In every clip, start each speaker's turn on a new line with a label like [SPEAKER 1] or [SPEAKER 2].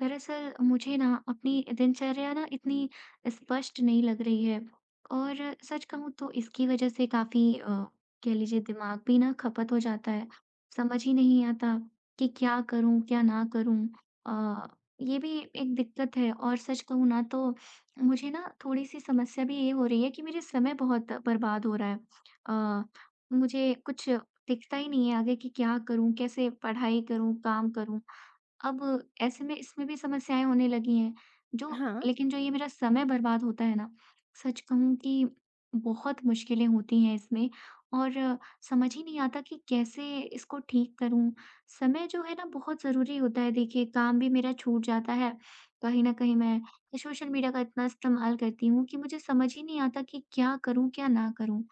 [SPEAKER 1] दरअसल मुझे ना अपनी दिनचर्या ना इतनी स्पष्ट नहीं लग रही है और सच कहूँ तो इसकी वजह से काफ़ी कह लीजिए दिमाग भी ना खपत हो जाता है। समझ ही नहीं आता कि क्या करूँ, क्या ना करूँ? अ, ये भी एक दिक्कत है और सच कहूँ ना तो मुझे ना थोड़ी-सी समस्या भी ये हो रही है कि मेरे समय बहुत बर्बाद हो रहा है। अ, मुझे कुछ दिखता ही नहीं है आगे कि क्या करूँ, कैसे पढ़ाई करूँ, काम करूँ? अब ऐसे में इसमें भी समस्याएँ होने लगी हैं,
[SPEAKER 2] हाँ,
[SPEAKER 1] जो ये मेरा समय बर्बाद होता है ना, सच कहूँ कि बहुत मुश्किलें होती हैं इसमें और समझ ही नहीं आता कि कैसे इसको ठीक करूँ। समय जो है ना बहुत ज़रूरी होता है देखिए, काम भी मेरा छूट जाता है। कहीं न कहीं मैं सोशल मीडिया का इतना इस्तेमाल करती हूँ कि मुझे समझ ही नहीं आता कि क्या करूँ, क्या ना करूँ?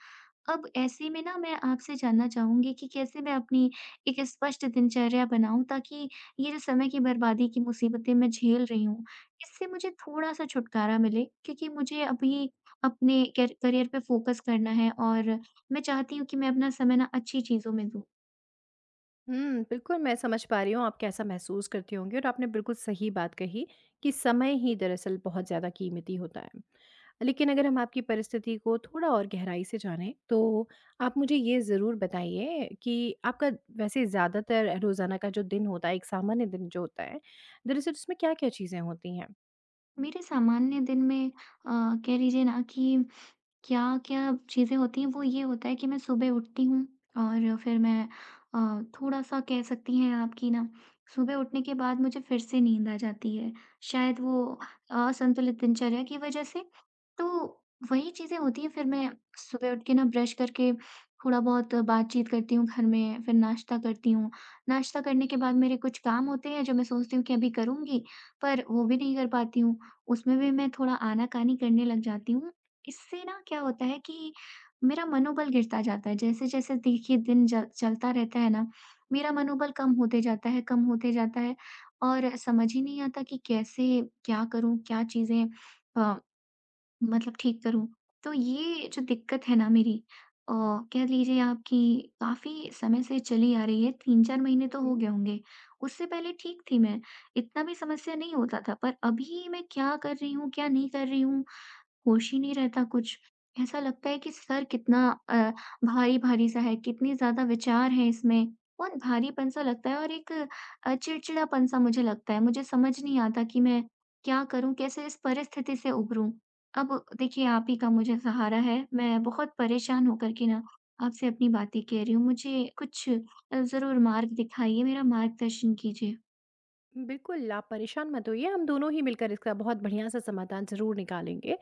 [SPEAKER 1] अब ऐसे में ना मैं आपसे जानना चाहूँगी कि कैसे मैं अपनी एक स्पष्ट दिनचर्या बनाऊँ ताकि ये जो समय की बर्बादी की मुसीबतें मैं झेल रही हूँ, इससे मुझे थोड़ा-सा छुटकारा मिले क्योंकि मुझे अभी अपने कैर करियर पे फोकस करना है और मैं चाहती हूँ कि मैं अपना समय ना अच्छी चीज़ों में दूँ।
[SPEAKER 2] बिल्कुल मैं समझ पा रही हूँ आप कैसा महसूस करती होंगी और आपने बिल्कुल सही बात कही कि समय ही दरअसल बहुत ज़्यादा कीमती होता है। लेकिन अगर हम आपकी परिस्थिति को थोड़ा और गहराई से जानें, तो आप मुझे ये ज़रूर बताइए कि आपका वैसे ज़्यादातर रोज़ाना का जो दिन होता है, एक सामान्य दिन जो होता है, दरअसल उसमें क्या-क्या चीज़ें होती
[SPEAKER 1] मेरे सामान्य दिन में अ, कह लीजिए ना कि क्या-क्या चीज़ें होती हैं, वो ये होता है कि मैं सुबह उठती हूँ और फिर मैं अ, थोड़ा-सा कह सकती हैं आप कि ना सुबह उठने के बाद मुझे फिर से नींद आ जाती है। शायद वो असंतुलित दिनचर्या की वज़ह से। तो वही चीज़ें होती हैं फिर मैं सुबह उठ के ना ब्रश करके थोड़ा-बहुत बातचीत करती हूँ घर में, फिर नाश्ता करती हूँ। नाश्ता करने के बाद मेरे कुछ काम होते हैं जो मैं सोचती हूँ कि अभी करूँगी, पर वो भी नहीं कर पाती हूँ। उसमें भी मैं थोड़ा आनाकानी करने लग जाती हूँ इससे ना क्या होता है कि मेरा मनोबल गिरता जाता है। जैसे-जैसे देखिए दिन ज चलता रहता है ना, मेरा मनोबल कम होते जाता है, कम होते जाता है और समझ ही नहीं आता कि कैसे क्या करूँ, क्या चीज़ें अ, मतलब ठीक करूँ। तो ये जो दिक्कत है ना मेरी अ, कह लीजिए आप कि काफ़ी समय से चली आ रही है, 3-4 महीने तो हो
[SPEAKER 2] हैं?
[SPEAKER 1] गए होंगे। उससे पहले ठीक थी मैं, इतना भी समस्या नहीं होता था, पर अभी मैं क्या कर रही हूँ, क्या नहीं कर रही हूँ होश ही नहीं रहता कुछ। ऐसा लगता है कि सर कितना भारी-भारी सा है, कितने ज़्यादा विचार हैं इसमें। बहुत भारीपन सा लगता है और एक चिड़चिड़ापन सा मुझे लगता है। मुझे समझ नहीं आता कि मैं क्या करूँ? कैसे इस परिस्थिति से उभरूँ? अब देखिए आप ही का मुझे सहारा है। मैं बहुत परेशान होकर के ना आपसे अपनी बातें कह रही हूँ। मुझे कुछ ज़रूर मार्ग दिखाइए, मेरा मार्गदर्शन कीजिए।
[SPEAKER 2] बिल्कुल, आप परेशान मत होइए, हम दोनों ही मिलकर इसका बहुत बढ़िया-सा समाधान ज़रूर निकालेंगे।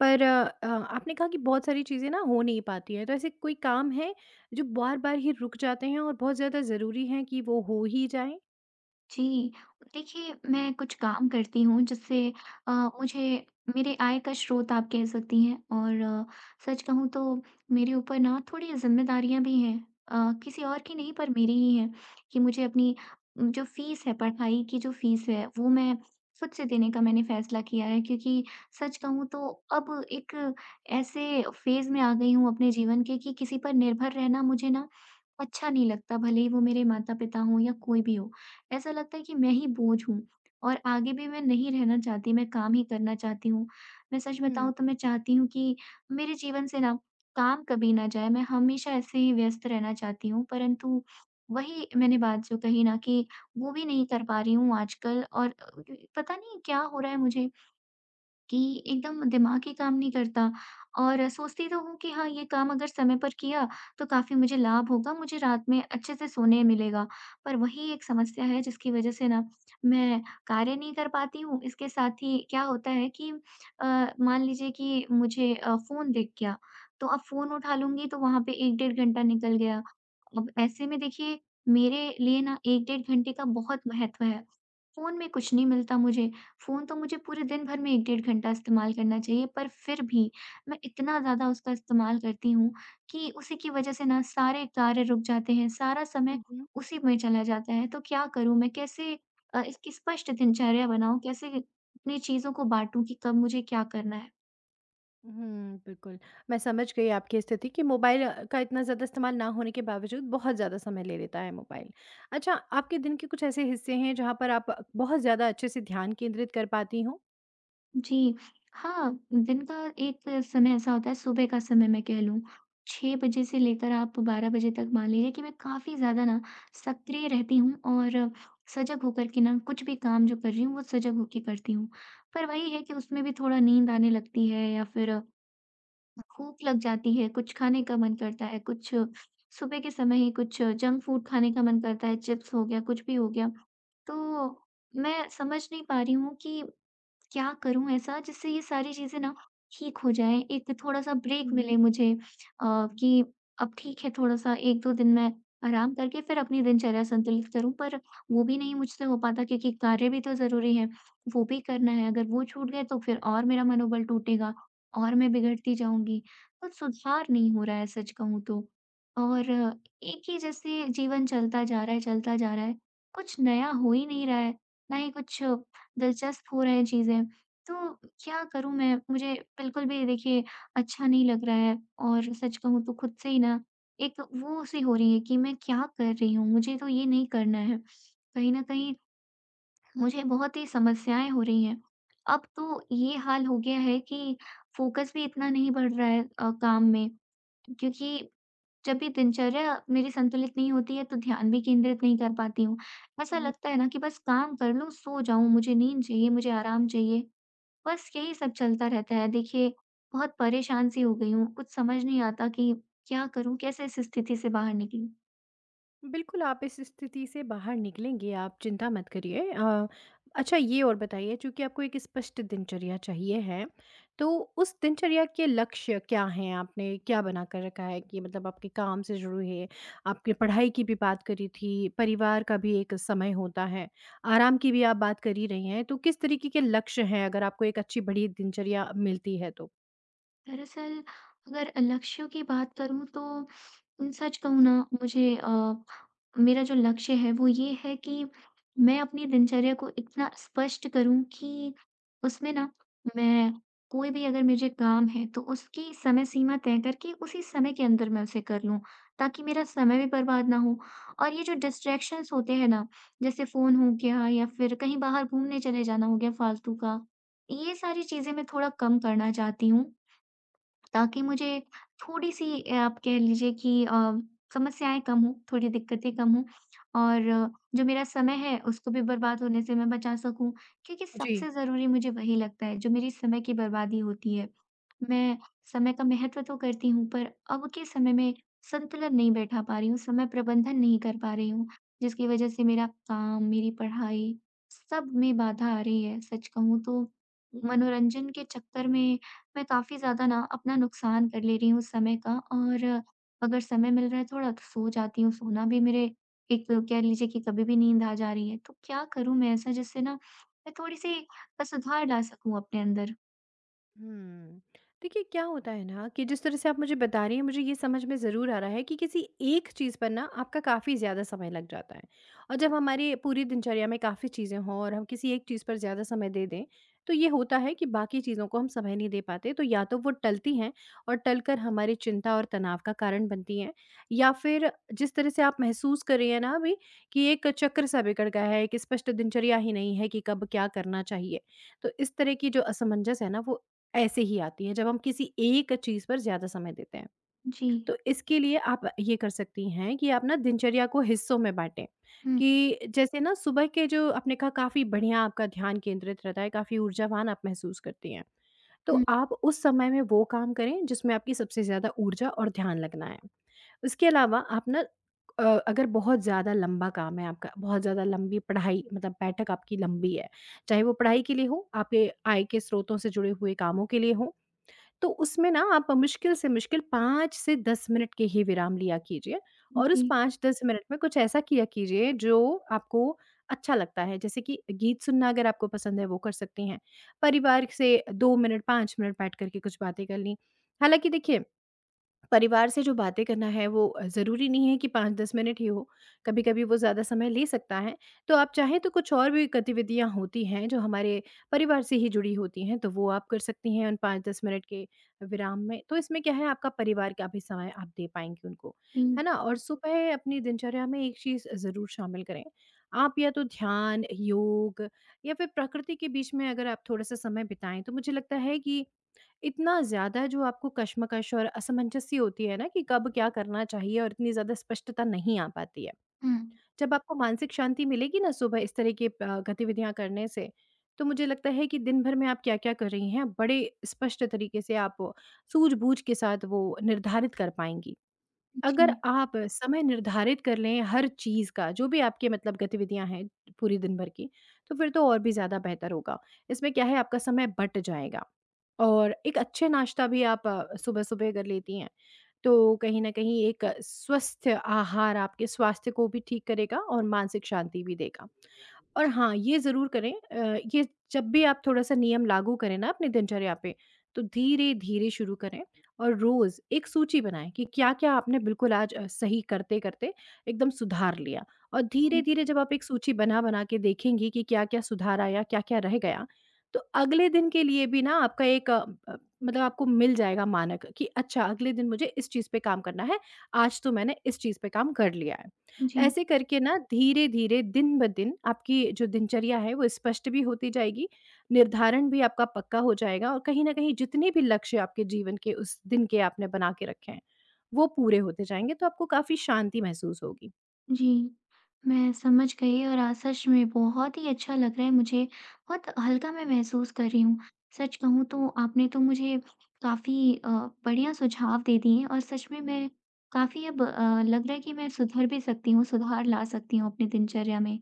[SPEAKER 2] पर आपने कहा कि बहुत सारी चीज़ें ना हो नहीं पाती हैं, तो ऐसे कोई काम है जो बार-बार ही रुक जाते हैं और बहुत ज़्यादा ज़रूरी हैं कि वो हो ही जाएँ?
[SPEAKER 1] जी, देखिए मैं कुछ काम करती हूँ जिससे मुझे मेरे आय का स्रोत आप कह सकती हैं और सच कहूँ तो मेरे ऊपर ना थोड़ी ज़िम्मेदारियाँ भी हैं। किसी और की नहीं पर मेरी ही हैं कि मुझे अपनी जो फ़ीस है, पढ़ाई की जो फ़ीस है वो मैं खुद से देने का मैंने फ़ैसला किया है क्योंकि सच कहूँ तो अब एक ऐसे फ़ेज़ में आ गई हूँ अपने जीवन के कि किसी पर निर्भर रहना मुझे ना अच्छा नहीं लगता, भले ही वो मेरे माता-पिता हों या कोई भी हो। ऐसा लगता है कि मैं ही बोझ हूँ और आगे भी मैं नहीं रहना चाहती, मैं काम ही करना चाहती हूँ। मैं सच
[SPEAKER 2] हुँ।
[SPEAKER 1] बताऊँ तो मैं चाहती हूँ कि मेरे जीवन से ना काम कभी ना जाए, मैं हमेशा ऐसे ही व्यस्त रहना चाहती हूँ, परंतु वही मैंने बात जो कही ना कि वो भी नहीं कर पा रही हूँ आजकल और पता नहीं क्या हो रहा है मुझे कि एकदम दिमाग ही काम नहीं करता और सोचती तो हूँ कि हाँ, ये काम अगर समय पर किया तो काफ़ी मुझे लाभ होगा, मुझे रात में अच्छे से सोने मिलेगा। पर वही एक समस्या है जिसकी वज़ह से ना मैं कार्य नहीं कर पाती हूँ। इसके साथ ही क्या होता है कि अ, मान लीजिए कि मुझे फ़ोन दिख गया, तो अब फ़ोन उठा लूँगी तो वहाँ पे 1 डेढ़ घंटा निकल गया। अब ऐसे में देखिए मेरे लिए ना 1 डेढ़ घंटे का बहुत महत्व है। फ़ोन में कुछ नहीं मिलता मुझे फ़ोन तो मुझे पूरे दिन भर में 1 डेढ़ घंटा इस्तेमाल करना चाहिए, पर फिर भी मैं इतना ज़्यादा उसका इस्तेमाल करती हूँ कि उसी की वज़ह से ना सारे कार्य रुक जाते हैं, सारा समय
[SPEAKER 2] हुँ, हुँ।
[SPEAKER 1] उसी में चला जाता है। तो क्या करूँ मैं? कैसे इसकी स्पष्ट दिनचर्या बनाऊँ? कैसे अपनी चीज़ों को बाँटूँ कि कब मुझे क्या करना है?
[SPEAKER 2] हुँ, बिल्कुल। मैं समझ गई आपकी स्थिति कि मोबाइल का इतना ज़्यादा इस्तेमाल ना होने के बावजूद बहुत ज़्यादा समय ले लेता है मोबाइल। अच्छा, आपके दिन के कुछ ऐसे हिस्से हैं जहाँ पर आप बहुत ज़्यादा अच्छे से ध्यान केंद्रित कर पाती हों?
[SPEAKER 1] जी, हाँ, दिन का एक समय ऐसा होता है, सुबह का समय मैं कह लूँ, 6 बजे से लेकर आप 12 बजे तक मान लीजिए कि मैं काफ़ी ज़्यादा ना सक्रिय रहती हूँ और सजग होकर के ना कुछ भी काम जो कर रही हूँ, वो सजग होके करती हूँ। पर वही है कि उसमें भी थोड़ा नींद आने लगती है या फिर भूख लग जाती है, कुछ खाने का मन करता है, कुछ सुबह के समय ही कुछ जंक फूड खाने का मन करता है, चिप्स हो गया, कुछ भी हो गया। तो मैं समझ नहीं पा रही हूँ कि क्या करूँ ऐसा जिससे ये सारी चीज़ें ना ठीक हो जाएँ? एक थोड़ा-सा ब्रेक
[SPEAKER 2] हुँ,
[SPEAKER 1] मिले मुझे कि अब ठीक है थोड़ा-सा 1-2 दिन मैं आराम करके फिर अपनी दिनचर्या संतुलित करूँ। पर वो भी नहीं मुझसे हो पाता क्योंकि कार्य भी तो ज़रूरी है, वो भी करना है। अगर वो छूट गए तो फिर और मेरा मनोबल टूटेगा और मैं बिगड़ती जाऊँगी। तो सुधार नहीं हो रहा है सच कहूँ तो। और एक ही जैसे जीवन चलता जा रहा है, चलता जा रहा है। कुछ नया हो ही नहीं रहा है, ना ही कुछ दिलचस्प हो रहे हैं चीज़ें, तो क्या करूँ मैं? मुझे बिल्कुल भी देखिए अच्छा नहीं लग रहा है और सच कहूँ तो खुद से ही ना एक वो-सी हो रही है कि मैं क्या कर रही हूँ? मुझे तो ये नहीं करना है। कहीं न कहीं मुझे बहुत ही समस्याएँ हो रही हैं। अब तो ये हाल हो गया है कि फ़ोकस भी इतना नहीं बढ़ रहा है काम में क्योंकि जब भी दिनचर्या मेरी संतुलित नहीं होती है, तो ध्यान भी केंद्रित नहीं कर पाती हूँ। ऐसा
[SPEAKER 2] हुँ।
[SPEAKER 1] लगता है ना कि बस काम कर लूँ, सो जाऊँ, मुझे नींद चाहिए, मुझे आराम चाहिए, बस यही सब चलता रहता है। देखिए, बहुत परेशान सी हो गई हूँ, कुछ समझ नहीं आता कि क्या करूँ, कैसे इस स्थिति से बाहर निकलूँ?
[SPEAKER 2] बिल्कुल, आप इस स्थिति से बाहर निकलेंगे, आप चिंता मत करिए। अच्छा ये और बताइए, चूँकि आपको एक स्पष्ट दिनचर्या चाहिए है, तो उस दिनचर्या के लक्ष्य क्या हैं? आपने क्या बना कर रखा है कि मतलब आपके काम से शुरू है, आपने पढ़ाई की भी बात करी थी, परिवार का भी एक समय होता है, आराम की भी आप बात कर ही रही हैं, तो किस तरीके के लक्ष्य हैं अगर आपको एक अच्छी बड़ी दिनचर्या मिलती है तो?
[SPEAKER 1] दरअसल अगर लक्ष्यों की बात करूँ तो सच कहूँ ना मुझे मेरा जो लक्ष्य है वो ये है कि मैं अपनी दिनचर्या को इतना स्पष्ट करूँ कि उसमें ना मैं कोई भी अगर मुझे काम है तो उसकी समय सीमा तय करके उसी समय के अंदर मैं उसे कर लूँ, ताकि मेरा समय भी बर्बाद ना हो। और ये जो डिस्ट्रैक्शंस होते हैं ना, जैसे फ़ोन हो गया या फिर कहीं बाहर घूमने चले जाना हो गया फालतू का, ये सारी चीज़ें मैं थोड़ा कम करना चाहती हूँ ताकि मुझे थोड़ी-सी आप कह लीजिए कि समस्याएँ कम हों, थोड़ी दिक्कतें कम हों और जो मेरा समय है, उसको भी बर्बाद होने से मैं बचा सकूँ। क्योंकि
[SPEAKER 2] जी।
[SPEAKER 1] सबसे ज़रूरी मुझे वही लगता है, जो मेरी समय की बर्बादी होती है। मैं समय का महत्व तो करती हूँ, पर अब के समय में संतुलन नहीं बैठा पा रही हूँ, समय प्रबंधन नहीं कर पा रही हूँ, जिसकी वजह से मेरा काम, मेरी पढ़ाई सब में बाधा आ रही है। सच कहूँ तो मनोरंजन के चक्कर में मैं काफ़ी ज़्यादा ना अपना नुकसान कर ले रही हूँ समय का और अगर समय मिल रहा है थोड़ा तो सो जाती हूँ। सोना भी मेरे एक कह लीजिए कि कभी भी नींद आ जा रही है। तो क्या करूँ मैं ऐसा जिससे ना मैं थोड़ी-सी सुधार ला सकूँ अपने अंदर?
[SPEAKER 2] हुँ। देखिए, क्या होता है ना कि जिस तरह से आप मुझे बता रही हैं, मुझे ये समझ में ज़रूर आ रहा है कि किसी एक चीज़ पर ना आपका काफ़ी ज़्यादा समय लग जाता है। और जब हमारी पूरी दिनचर्या में काफ़ी चीज़ें हों और हम किसी एक चीज़ पर ज़्यादा समय दे दें, तो ये होता है कि बाकी चीज़ों को हम समय नहीं दे पाते। तो या तो वो टलती हैं और टलकर हमारी चिंता और तनाव का कारण बनती हैं, या फिर जिस तरह से आप महसूस कर रही हैं ना अभी, कि एक चक्र सा बिगड़ गया है, एक स्पष्ट दिनचर्या ही नहीं है कि कब क्या करना चाहिए। तो इस तरह की जो असमंजस है ना, वो ऐसे ही आती है जब हम किसी एक चीज़ पर ज़्यादा समय देते हैं।
[SPEAKER 1] जी।
[SPEAKER 2] तो इसके लिए आप ये कर सकती हैं कि आप ना दिनचर्या को हिस्सों में बाँटें,
[SPEAKER 1] हुँ,
[SPEAKER 2] कि जैसे ना सुबह के जो आपने कहा, काफ़ी बढ़िया आपका ध्यान केंद्रित रहता है, काफ़ी ऊर्जावान आप महसूस करती हैं। तो
[SPEAKER 1] हुँ।
[SPEAKER 2] आप उस समय में वो काम करें जिसमें आपकी सबसे ज़्यादा ऊर्जा और ध्यान लगना है। उसके अलावा आप ना अ, अगर बहुत ज़्यादा लंबा काम है आपका, बहुत ज़्यादा लंबी पढ़ाई, मतलब बैठक आपकी लंबी है, चाहे वो पढ़ाई के लिए हो, आपके आय के स्रोतों से जुड़े हुए कामों के लिए हो, तो उसमें ना आप मुश्किल से मुश्किल 5 से 10 मिनट के ही विराम लिया कीजिए,
[SPEAKER 1] जी,
[SPEAKER 2] और उस
[SPEAKER 1] जी।
[SPEAKER 2] 5-10 मिनट में कुछ ऐसा किया कीजिए जो आपको अच्छा लगता है। जैसे कि गीत सुनना, अगर आपको पसंद है वो कर सकती हैं। परिवार से 2 मिनट, 5 मिनट बैठ कर के कुछ बातें कर लीं। हालाँकि देखिए, परिवार से जो बातें करना है वो ज़रूरी नहीं है कि 5-10 मिनट ही हो, कभी-कभी वो ज़्यादा समय ले सकता है। तो आप चाहें तो कुछ और भी गतिविधियाँ होती हैं जो हमारे परिवार से ही जुड़ी होती हैं, तो वो आप कर सकती हैं उन 5-10 मिनट के विराम में। तो इसमें क्या है, आपका परिवार का भी समय आप दे पाएँगी उनको, है ना? और सुबह अपनी दिनचर्या में एक चीज़ ज़रूर शामिल करें। आप या तो ध्यान, योग या फिर प्रकृति के बीच में अगर आप थोड़ा-सा समय बिताएँ, तो मुझे लगता है कि इतना ज़्यादा जो आपको कश्मकश और असमंजस सी होती है ना कि कब क्या करना चाहिए, और इतनी ज़्यादा स्पष्टता नहीं आ पाती है।
[SPEAKER 1] हुँ।
[SPEAKER 2] जब आपको मानसिक शांति मिलेगी ना सुबह इस तरह की गतिविधियाँ करने से, तो मुझे लगता है कि दिन भर में आप क्या-क्या कर रही हैं, बड़े स्पष्ट तरीके से आप सूझ-बूझ के साथ वो निर्धारित कर पाएँगी। अगर
[SPEAKER 1] जी,
[SPEAKER 2] आप समय निर्धारित कर लें हर चीज़ का, जो भी आपके मतलब गतिविधियाँ हैं पूरी दिन भर की, तो फिर तो और भी ज़्यादा बेहतर होगा। इसमें क्या है, आपका समय बँट जाएगा, और एक अच्छे नाश्ता भी आप सुबह-सुबह कर लेती हैं, तो कहीं न कहीं एक स्वस्थ आहार आपके स्वास्थ्य को भी ठीक करेगा और मानसिक शांति भी देगा। और हाँ, ये ज़रूर करें, ये जब भी आप थोड़ा-सा नियम लागू करें ना अपनी दिनचर्या पे, तो धीरे-धीरे शुरू करें और रोज़ एक सूची बनाएँ कि क्या-क्या आपने बिल्कुल आज सही करते-करते एकदम सुधार लिया। और
[SPEAKER 1] हुँ,
[SPEAKER 2] धीरे-धीरे जब आप एक सूची बना-बना के देखेंगी कि क्या-क्या सुधार आया, क्या-क्या रह गया, तो अगले दिन के लिए भी ना आपका एक अ, मतलब आपको मिल जाएगा मानक कि अच्छा, अगले दिन मुझे इस चीज़ पे काम करना है, आज तो मैंने इस चीज़ पे काम कर लिया है।
[SPEAKER 1] जी।
[SPEAKER 2] ऐसे करके ना धीरे-धीरे दिन ब दिन आपकी जो दिनचर्या है वो स्पष्ट भी होती जाएगी, निर्धारण भी आपका पक्का हो जाएगा, और कहीं न कहीं जितने भी लक्ष्य आपके जीवन के उस दिन के आपने बना के रखे हैं, वो पूरे होते जाएँगे, तो आपको काफ़ी शांति महसूस होगी।
[SPEAKER 1] जी, मैं समझ गई और आज सच में बहुत ही अच्छा लग रहा है मुझे, बहुत हल्का मैं महसूस कर रही हूँ। सच कहूँ तो आपने तो मुझे काफ़ी बढ़िया सुझाव दे दिए हैं और सच में मैं काफ़ी अब लग रहा है कि मैं सुधर भी सकती हूँ, सुधार ला सकती हूँ अपनी दिनचर्या में।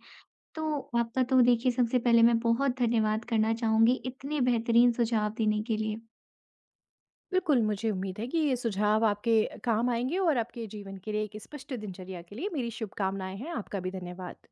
[SPEAKER 1] तो आपका तो देखिए सबसे पहले मैं बहुत धन्यवाद करना चाहूँगी, इतने बेहतरीन सुझाव देने के लिए।
[SPEAKER 2] बिल्कुल, मुझे उम्मीद है कि ये सुझाव आपके काम आएँगे, और आपके जीवन के लिए एक स्पष्ट दिनचर्या के लिए मेरी शुभकामनाएँ हैं। आपका भी धन्यवाद।